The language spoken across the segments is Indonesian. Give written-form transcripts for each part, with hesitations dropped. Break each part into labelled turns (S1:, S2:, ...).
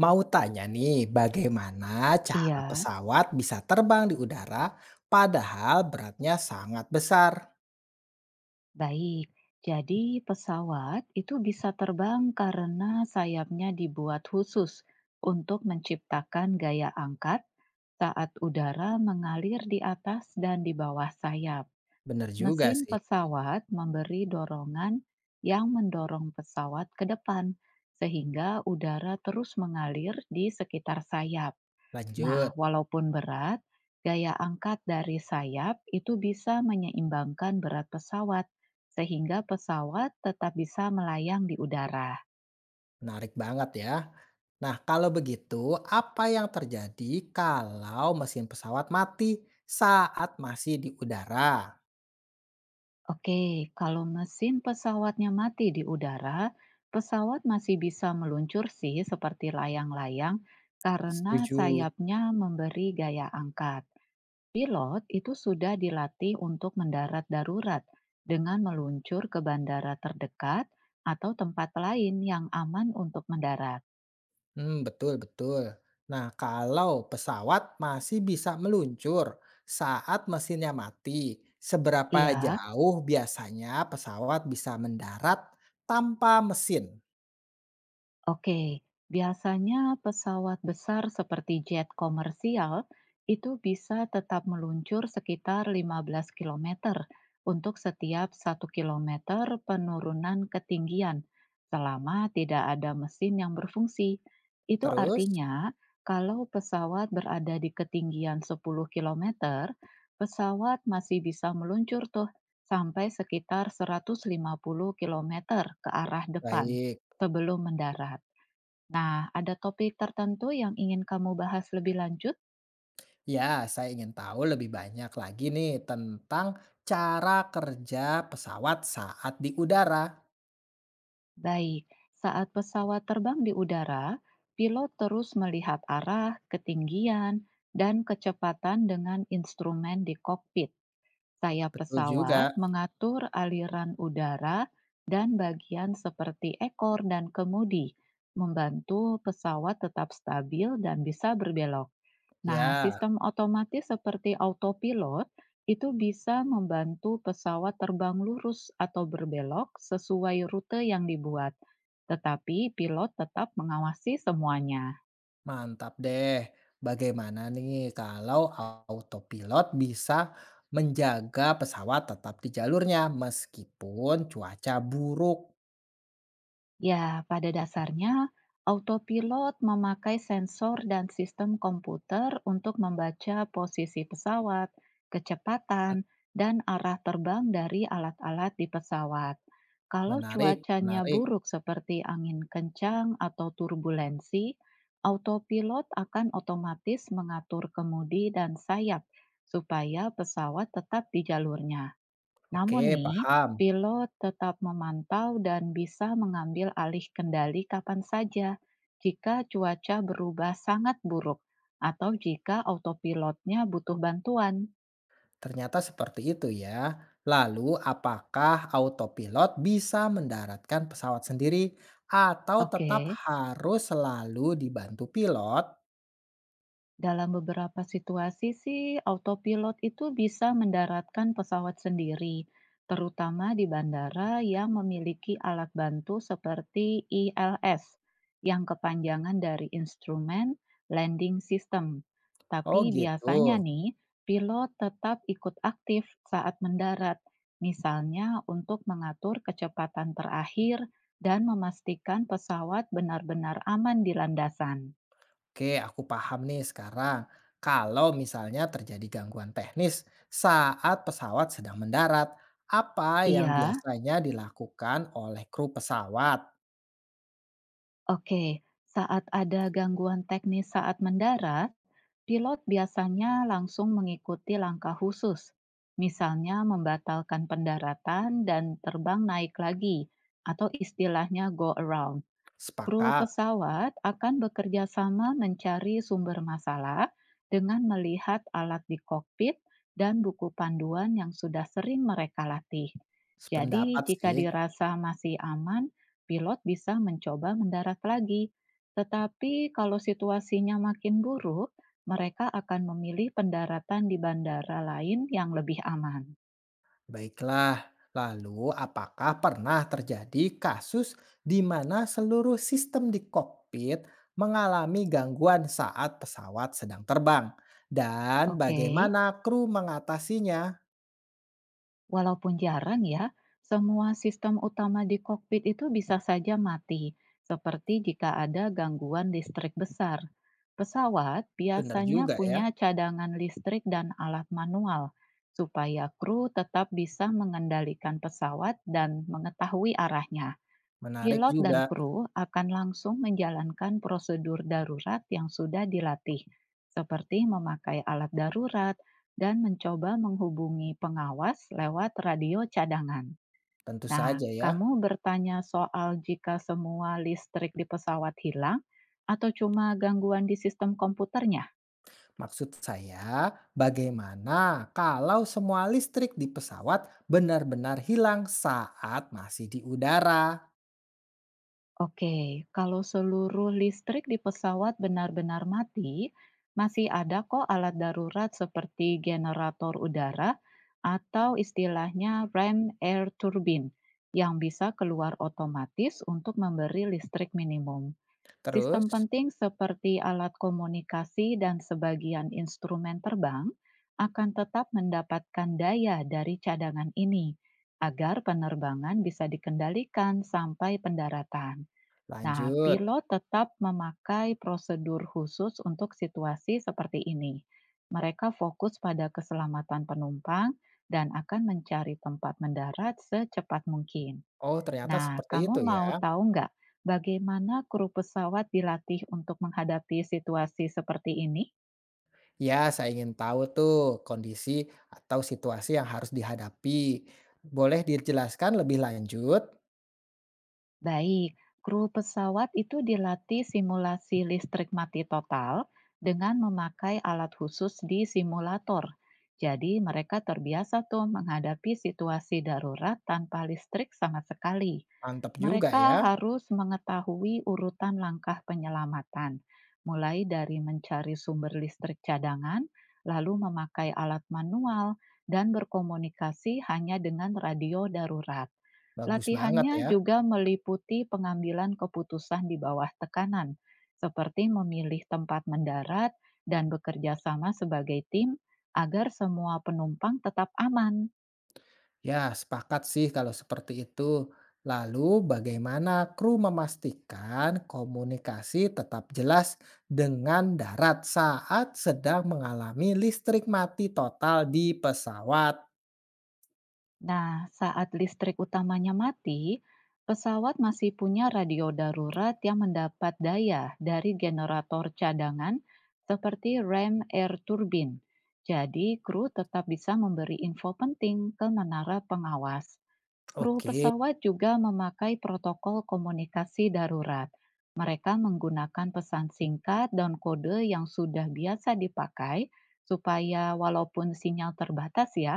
S1: Mau tanya nih, bagaimana cara
S2: Iya,
S1: pesawat bisa terbang di udara padahal beratnya sangat besar?
S2: baik. Jadi pesawat itu bisa terbang karena sayapnya dibuat khusus untuk menciptakan gaya angkat saat udara mengalir di atas dan di bawah sayap.
S1: Bener juga
S2: Mesin
S1: sih.
S2: pesawat memberi dorongan yang mendorong pesawat ke depan, sehingga udara terus mengalir di sekitar sayap. Nah,
S1: Lanjut,
S2: walaupun berat, gaya angkat dari sayap itu bisa menyeimbangkan berat pesawat, sehingga pesawat tetap bisa melayang di udara.
S1: menarik banget ya. Nah, kalau begitu, apa yang terjadi kalau mesin pesawat mati saat masih di udara?
S2: Oke, kalau mesin pesawatnya mati di udara, pesawat masih bisa meluncur sih seperti layang-layang karena
S1: Setuju.
S2: sayapnya memberi gaya angkat. Pilot itu sudah dilatih untuk mendarat darurat dengan meluncur ke bandara terdekat atau tempat lain yang aman untuk mendarat.
S1: Hmm, betul, betul. Nah, kalau pesawat masih bisa meluncur saat mesinnya mati, seberapa
S2: Iya.
S1: jauh biasanya pesawat bisa mendarat tanpa mesin?
S2: Oke, biasanya pesawat besar seperti jet komersial itu bisa tetap meluncur sekitar 15 kilometer untuk setiap 1 kilometer penurunan ketinggian selama tidak ada mesin yang berfungsi. Itu
S1: Terus,
S2: artinya kalau pesawat berada di ketinggian 10 kilometer, pesawat masih bisa meluncur tuh sampai sekitar 150 kilometer ke arah depan
S1: baik.
S2: sebelum mendarat. Nah, ada topik tertentu yang ingin kamu bahas lebih lanjut?
S1: Ya, saya ingin tahu lebih banyak lagi nih tentang cara kerja pesawat saat di udara.
S2: Baik, saat pesawat terbang di udara, pilot terus melihat arah, ketinggian, dan kecepatan dengan instrumen di kokpit. Sayap
S1: Betul juga.
S2: pesawat mengatur aliran udara dan bagian seperti ekor dan kemudi, membantu pesawat tetap stabil dan bisa berbelok. Nah,
S1: Ya.
S2: sistem otomatis seperti autopilot itu bisa membantu pesawat terbang lurus atau berbelok sesuai rute yang dibuat, tetapi pilot tetap mengawasi semuanya.
S1: Mantap deh. Bagaimana nih kalau autopilot bisa menjaga pesawat tetap di jalurnya meskipun cuaca buruk?
S2: Ya, pada dasarnya autopilot memakai sensor dan sistem komputer untuk membaca posisi pesawat, kecepatan, dan arah terbang dari alat-alat di pesawat. Kalau
S1: Menarik,
S2: cuacanya
S1: menarik.
S2: buruk seperti angin kencang atau turbulensi, autopilot akan otomatis mengatur kemudi dan sayap supaya pesawat tetap di jalurnya.
S1: Oke,
S2: Namun nih,
S1: paham.
S2: pilot tetap memantau dan bisa mengambil alih kendali kapan saja jika cuaca berubah sangat buruk atau jika autopilotnya butuh bantuan.
S1: Ternyata seperti itu ya. Lalu, apakah autopilot bisa mendaratkan pesawat sendiri atau tetap
S2: Oke.
S1: harus selalu dibantu pilot?
S2: Dalam beberapa situasi sih, autopilot itu bisa mendaratkan pesawat sendiri, terutama di bandara yang memiliki alat bantu seperti ILS, yang kepanjangan dari Instrument Landing System.
S1: Oh,
S2: Tapi biasanya
S1: gitu.
S2: nih, pilot tetap ikut aktif saat mendarat, misalnya untuk mengatur kecepatan terakhir dan memastikan pesawat benar-benar aman di landasan.
S1: Oke, aku paham nih sekarang. Kalau misalnya terjadi gangguan teknis saat pesawat sedang mendarat, apa yang
S2: Iya.
S1: biasanya dilakukan oleh kru pesawat?
S2: Oke, saat ada gangguan teknis saat mendarat, pilot biasanya langsung mengikuti langkah khusus, misalnya membatalkan pendaratan dan terbang naik lagi, atau istilahnya go around. Kru
S1: Sepakat,
S2: pesawat akan bekerja sama mencari sumber masalah dengan melihat alat di kokpit dan buku panduan yang sudah sering mereka latih. Jadi,
S1: sependapat
S2: jika
S1: sih.
S2: dirasa masih aman, pilot bisa mencoba mendarat lagi. Tetapi, kalau situasinya makin buruk, mereka akan memilih pendaratan di bandara lain yang lebih aman.
S1: Baiklah, lalu apakah pernah terjadi kasus di mana seluruh sistem di kokpit mengalami gangguan saat pesawat sedang terbang? Dan
S2: Oke.
S1: bagaimana kru mengatasinya?
S2: Walaupun jarang ya, semua sistem utama di kokpit itu bisa saja mati, seperti jika ada gangguan listrik besar. Pesawat
S1: Benar
S2: biasanya
S1: juga ya,
S2: punya cadangan listrik dan alat manual, supaya kru tetap bisa mengendalikan pesawat dan mengetahui arahnya.
S1: menarik
S2: Pilot dan
S1: juga.
S2: kru akan langsung menjalankan prosedur darurat yang sudah dilatih, seperti memakai alat darurat dan mencoba menghubungi pengawas lewat radio cadangan.
S1: Tentu
S2: Nah,
S1: saja ya.
S2: kamu bertanya soal jika semua listrik di pesawat hilang atau cuma gangguan di sistem komputernya?
S1: Maksud saya, bagaimana kalau semua listrik di pesawat benar-benar hilang saat masih di udara?
S2: Oke, kalau seluruh listrik di pesawat benar-benar mati, masih ada kok alat darurat seperti generator udara atau istilahnya ram air turbine yang bisa keluar otomatis untuk memberi listrik minimum.
S1: Terus
S2: Sistem penting seperti alat komunikasi dan sebagian instrumen terbang akan tetap mendapatkan daya dari cadangan ini agar penerbangan bisa dikendalikan sampai pendaratan. Nah,
S1: lanjut.
S2: pilot tetap memakai prosedur khusus untuk situasi seperti ini. Mereka fokus pada keselamatan penumpang dan akan mencari tempat mendarat secepat mungkin.
S1: Oh, ternyata
S2: Nah,
S1: seperti
S2: kamu
S1: itu ya.
S2: mau tahu nggak bagaimana kru pesawat dilatih untuk menghadapi situasi seperti ini?
S1: Ya, saya ingin tahu tuh kondisi atau situasi yang harus dihadapi. Boleh dijelaskan lebih lanjut?
S2: Baik, kru pesawat itu dilatih simulasi listrik mati total dengan memakai alat khusus di simulator. Jadi mereka terbiasa tuh menghadapi situasi darurat tanpa listrik sama sekali.
S1: Mantap juga
S2: Mereka
S1: ya.
S2: harus mengetahui urutan langkah penyelamatan, mulai dari mencari sumber listrik cadangan, lalu memakai alat manual, dan berkomunikasi hanya dengan radio darurat.
S1: Bagus banget
S2: Latihannya
S1: ya.
S2: juga meliputi pengambilan keputusan di bawah tekanan, seperti memilih tempat mendarat dan bekerja sama sebagai tim agar semua penumpang tetap aman.
S1: Ya, sepakat sih kalau seperti itu. Lalu, bagaimana kru memastikan komunikasi tetap jelas dengan darat saat sedang mengalami listrik mati total di pesawat?
S2: Nah, saat listrik utamanya mati, pesawat masih punya radio darurat yang mendapat daya dari generator cadangan seperti rem air turbine. Jadi, kru tetap bisa memberi info penting ke menara pengawas. Kru
S1: Oke,
S2: pesawat juga memakai protokol komunikasi darurat. Mereka menggunakan pesan singkat dan kode yang sudah biasa dipakai, supaya walaupun sinyal terbatas, ya,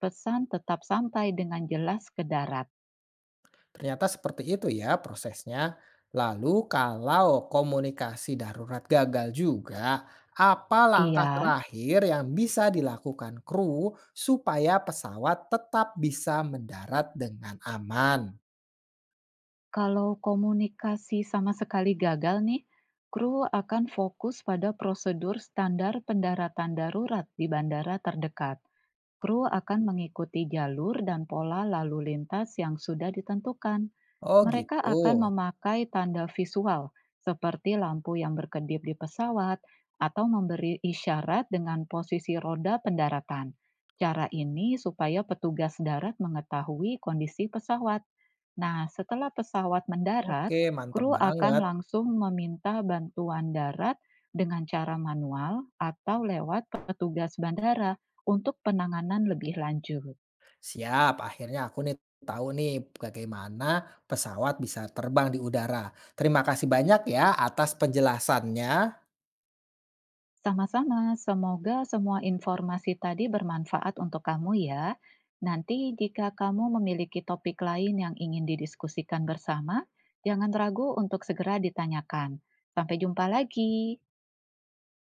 S2: pesan tetap sampai dengan jelas ke darat.
S1: ternyata seperti itu ya prosesnya. Lalu, kalau komunikasi darurat gagal juga, apa langkah
S2: Iya,
S1: terakhir yang bisa dilakukan kru supaya pesawat tetap bisa mendarat dengan aman?
S2: kalau komunikasi sama sekali gagal, nih, kru akan fokus pada prosedur standar pendaratan darurat di bandara terdekat. Kru akan mengikuti jalur dan pola lalu lintas yang sudah ditentukan.
S1: Oh
S2: Mereka
S1: gitu,
S2: akan memakai tanda visual seperti lampu yang berkedip di pesawat atau memberi isyarat dengan posisi roda pendaratan. Cara ini supaya petugas darat mengetahui kondisi pesawat. Nah, setelah pesawat mendarat,
S1: oke mantep
S2: kru akan
S1: banget.
S2: langsung meminta bantuan darat dengan cara manual atau lewat petugas bandara untuk penanganan lebih lanjut.
S1: Siap, akhirnya aku nih tahu nih bagaimana pesawat bisa terbang di udara. Terima kasih banyak ya atas penjelasannya.
S2: Sama-sama, semoga semua informasi tadi bermanfaat untuk kamu ya. Nanti jika kamu memiliki topik lain yang ingin didiskusikan bersama, jangan ragu untuk segera ditanyakan. Sampai jumpa lagi.